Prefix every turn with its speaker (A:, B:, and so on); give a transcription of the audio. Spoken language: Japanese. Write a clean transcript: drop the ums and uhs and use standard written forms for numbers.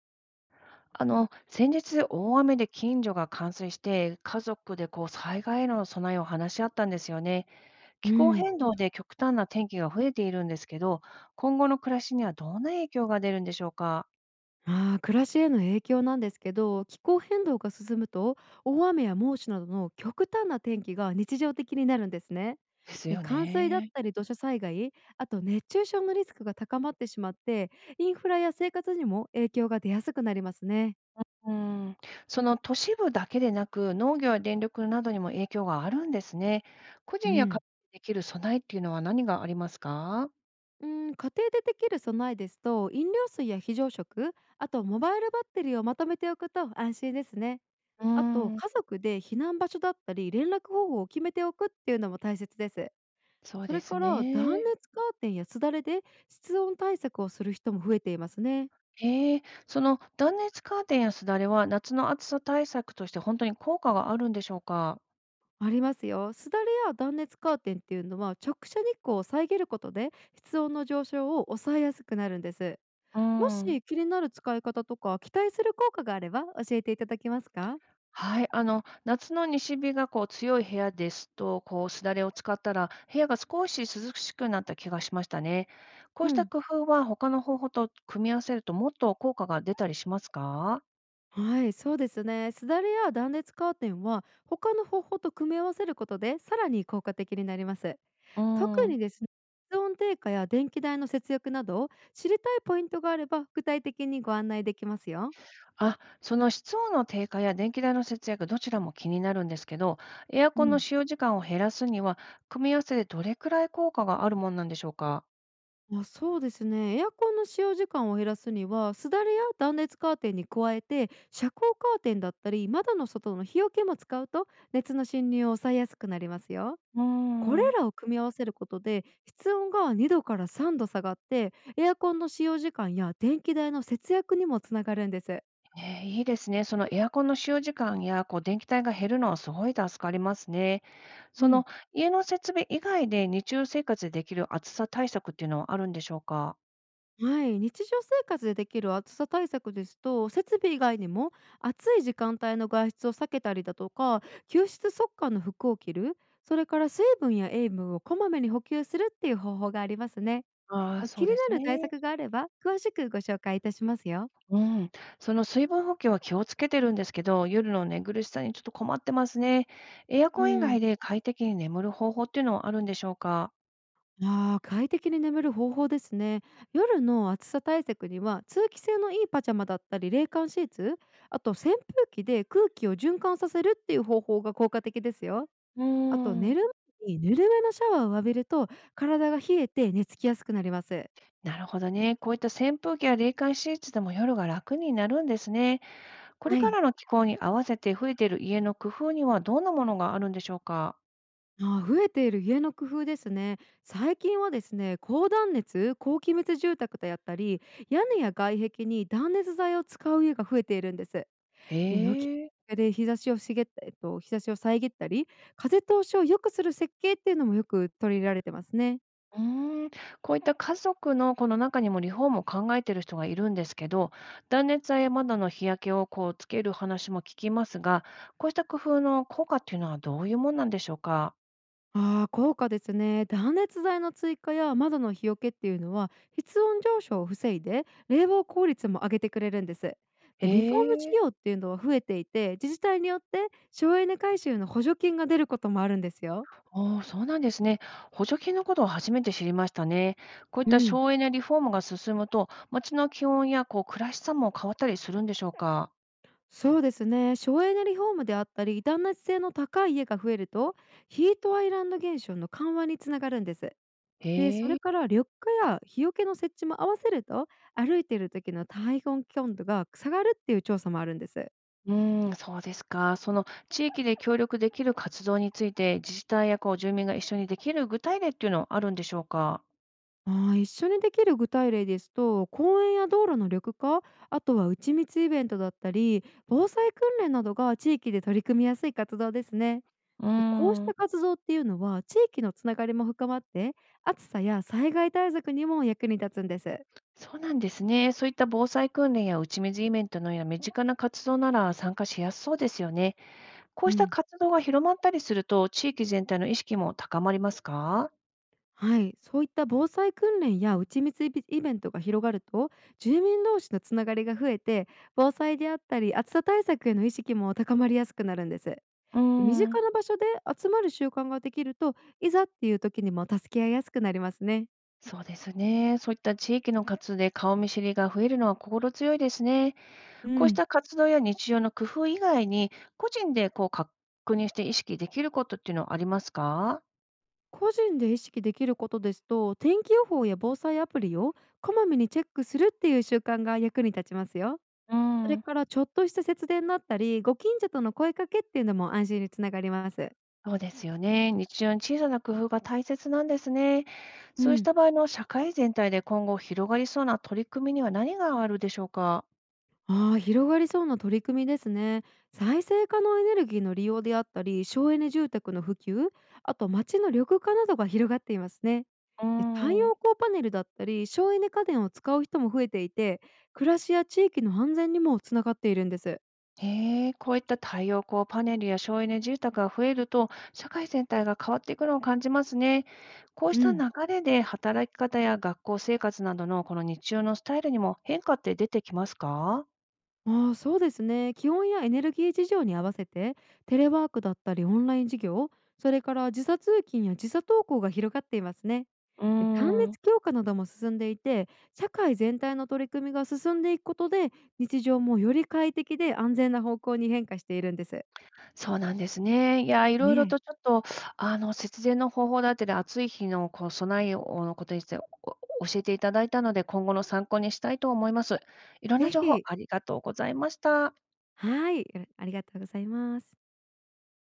A: 先日、大雨で近所が冠水して、家族で災害への備えを話し合ったんですよね。
B: う
A: 気候
B: ん、
A: 変動で極端な天気が増えているんですけど、今後の暮らしにはどんな影響が出るんでしょうか。
B: ああ、暮らしへの影響なんですけど、気候変動が進むと大雨や猛暑などの極端な天気が日常的になるんですね。
A: です
B: で、
A: よ
B: 冠水だっ
A: ね。
B: たり土砂災害、あと熱中症のリスクが高まってしまって、インフラや生活にも影響が出やすくなりますね。
A: うん、その都市部だけでなく、農業や電力などにも影響があるんですね。個
B: う
A: 人や家
B: ん。
A: 族でできる備えっていうのは何がありますか？
B: うん、家庭でできる備えですと飲料水や非常食、あとモバイルバッテリーをまとめておくと安心ですね。
A: う
B: あと
A: ん、
B: 家族で避難場所だったり連絡方法を決めておくっていうのも大切です。
A: そう
B: そ
A: で
B: れ
A: す
B: から断
A: ね。
B: 熱カーテンやすだれで室温対策をする人も増えていますね。
A: へえ、その断熱カーテンやすだれは夏の暑さ対策として本当に効果があるんでしょうか？
B: ありますよ。すだれや断熱カーテンっていうのは直射日光を遮ることで室温の上昇を抑えやすくなるんです。
A: う
B: も
A: ん。
B: し気になる使い方とか期待する効果があれば教えていただけますか。
A: はい、夏の西日が強い部屋ですと、すだれを使ったら部屋が少し涼しくなった気がしましたね。こう
B: う
A: した
B: ん、
A: 工夫は他の方法と組み合わせるともっと効果が出たりしますか？
B: はい、そうですね、すだれや断熱カーテンは他の方法と組み合わせることでさらに効果的になります。
A: う
B: 特
A: ー
B: に
A: ん
B: ですね、室温低下や電気代の節約など知りたいポイントがあれば具体的にご案内できますよ。
A: あ、その室温の低下や電気代の節約、どちらも気になるんですけど、エア
B: う
A: コンの
B: ん。
A: 使用時間を減らすには、組み合わせでどれくらい効果があるもんなんでしょうか？
B: あ、そうですね、エアコンの使用時間を減らすにはすだれや断熱カーテンに加えて、遮光カーテンだったり窓の外の日よけも使うと熱の侵入を抑えやすくなりますよ。
A: うー
B: これ
A: ん。
B: らを組み合わせることで室温が2度から3度下がって、エアコンの使用時間や電気代の節約にもつながるんです。
A: いいですね。そのエアコンの使用時間や、電気代が減るのはすごい助かりますね。その家の設備以外で日常生活でできる暑さ対策っていうのはあるんでしょうか？
B: はい、日常生活でできる暑さ対策ですと、設備以外にも暑い時間帯の外出を避けたりだとか、吸湿速乾の服を着る、それから水分や塩分をこまめに補給するっていう方法がありますね。
A: ああー、
B: まあ気
A: そう
B: に
A: です
B: なる対
A: ね。
B: 策があれば詳しくご紹介いたしますよ。
A: うん、その水分補給は気をつけてるんですけど、夜の寝苦しさにちょっと困ってますね。エア
B: う
A: コン以外
B: ん、
A: で快適に眠る方法っていうのはあるんでしょうか？
B: あー、快適に眠る方法ですね。夜の暑さ対策には通気性のいいパジャマだったり冷感シーツ、あと扇風機で空気を循環させるっていう方法が効果的ですよ。
A: うー
B: あと寝
A: ん、
B: る前にぬるめのシャワーを浴びると、体が冷えて寝つきやすくなります。
A: なるほどね。こういった扇風機や冷感シーツでも夜が楽になるんですね。これ
B: は
A: か
B: い。
A: らの気候に合わせて増えている家の工夫にはどんなものがあるんでしょうか？
B: あー、増えている家の工夫ですね。最近はですね、高断熱、高気密住宅でやったり、屋根や外壁に断熱材を使う家が増えているんです。
A: へ
B: ね、軒
A: え。
B: で日差しを茂った日差しを遮ったり、風通しを良くする設計っていうのもよく取り入れられてますね。
A: うーん、こういった家族のこの中にもリフォームを考えている人がいるんですけど、断熱材や窓の日焼けをつける話も聞きますが、こうした工夫の効果っていうのはどういうもんなんでしょうか？
B: ああ、効果ですね。断熱材の追加や窓の日よけっていうのは室温上昇を防いで冷房効率も上げてくれるんです。
A: へ
B: でリフォーム事
A: え、
B: 業っていうのは増えていて、自治体によって省エネ改修の補助金が出ることもあるんですよ。
A: おーそうなんですね。補助金のことを初めて知りましたね。こういっ
B: う
A: た
B: ん。
A: 省エネリフォームが進むと、街の気温や暮らしさも変わったりするんでしょうか？
B: そうですね、省エネリフォームであったり断熱性の高い家が増えるとヒートアイランド現象の緩和につながるんです。で、そ
A: へえ。
B: れから緑化や日よけの設置も合わせると、歩いている時の体温温度が下がるっていう調査もあるんです。
A: そうですか。その地域で協力できる活動について、自治体や住民が一緒にできる具体例っていうのはあるんでしょうか？
B: ああ、一緒にできる具体例ですと公園や道路の緑化、あとは打ち水イベントだったり防災訓練などが地域で取り組みやすい活動ですね。
A: うー
B: でこうし
A: ん、
B: た活動っていうのは地域のつながりも深まって、暑さや災害対策にも役に立つんです。
A: そうなんですね。そういった防災訓練や打ち水イベントのような身近な活動なら参加しやすそうですよね。こう
B: う
A: した
B: ん、
A: 活動が広まったりすると、地域全体の意識も高まりますか？
B: はい、そういった防災訓練や内密イベントが広がると、住民同士のつながりが増えて、防災であったり暑さ対策への意識も高まりやすくなるんです。
A: うー
B: 身
A: ん、
B: 近な場所で集まる習慣ができるといざっていう時にも助け合いやすくなりますね。
A: そうですね。そういった地域の活動で顔見知りが増えるのは心強いですね。
B: う
A: こうし
B: ん、
A: た活動や日常の工夫以外に、個人で確認して意識できることっていうのはありますか？
B: 個人で意識できることですと天気予報や防災アプリをこまめにチェックするっていう習慣が役に立ちますよ。
A: う
B: それ
A: ん。
B: からちょっとした節電だったりご近所との声かけっていうのも安心につながります。
A: そうですよね。日常の小さな工夫が大切なんですね。
B: う
A: そうし
B: ん、
A: た場合の社会全体で今後広がりそうな取り組みには何があるでしょうか？
B: ああ、広がりそうな取り組みですね。再生可能エネルギーの利用であったり、省エネ住宅の普及、あと町の緑化などが広がっていますね。
A: う
B: で太
A: ん。
B: 陽光パネルだったり、省エネ家電を使う人も増えていて、暮らしや地域の安全にもつながっているんです。
A: へえ、こういった太陽光パネルや省エネ住宅が増えると、社会全体が変わっていくのを感じますね。こうし
B: う
A: た流
B: ん。
A: れで働き方や学校生活などのこの日常のスタイルにも変化って出てきますか？
B: ああ、そうですね。気温やエネルギー事情に合わせて、テレワークだったりオンライン授業、それから時差通勤や時差登校が広がっていますね。
A: うー
B: 断
A: ん、
B: 熱強化なども進んでいて、社会全体の取り組みが進んでいくことで日常もより快適で安全な方向に変化しているんです。
A: そうなんですね。いや、いろ
B: ね
A: いろとち
B: え。
A: ょっと、節電の方法だったり、暑い日の備えをのことについてお教えていただいたので、今後の参考にしたいと思います。いろんな
B: ぜ
A: 情報
B: ひ、
A: ありがとうございました。
B: はい、よろ、ありがとうございます。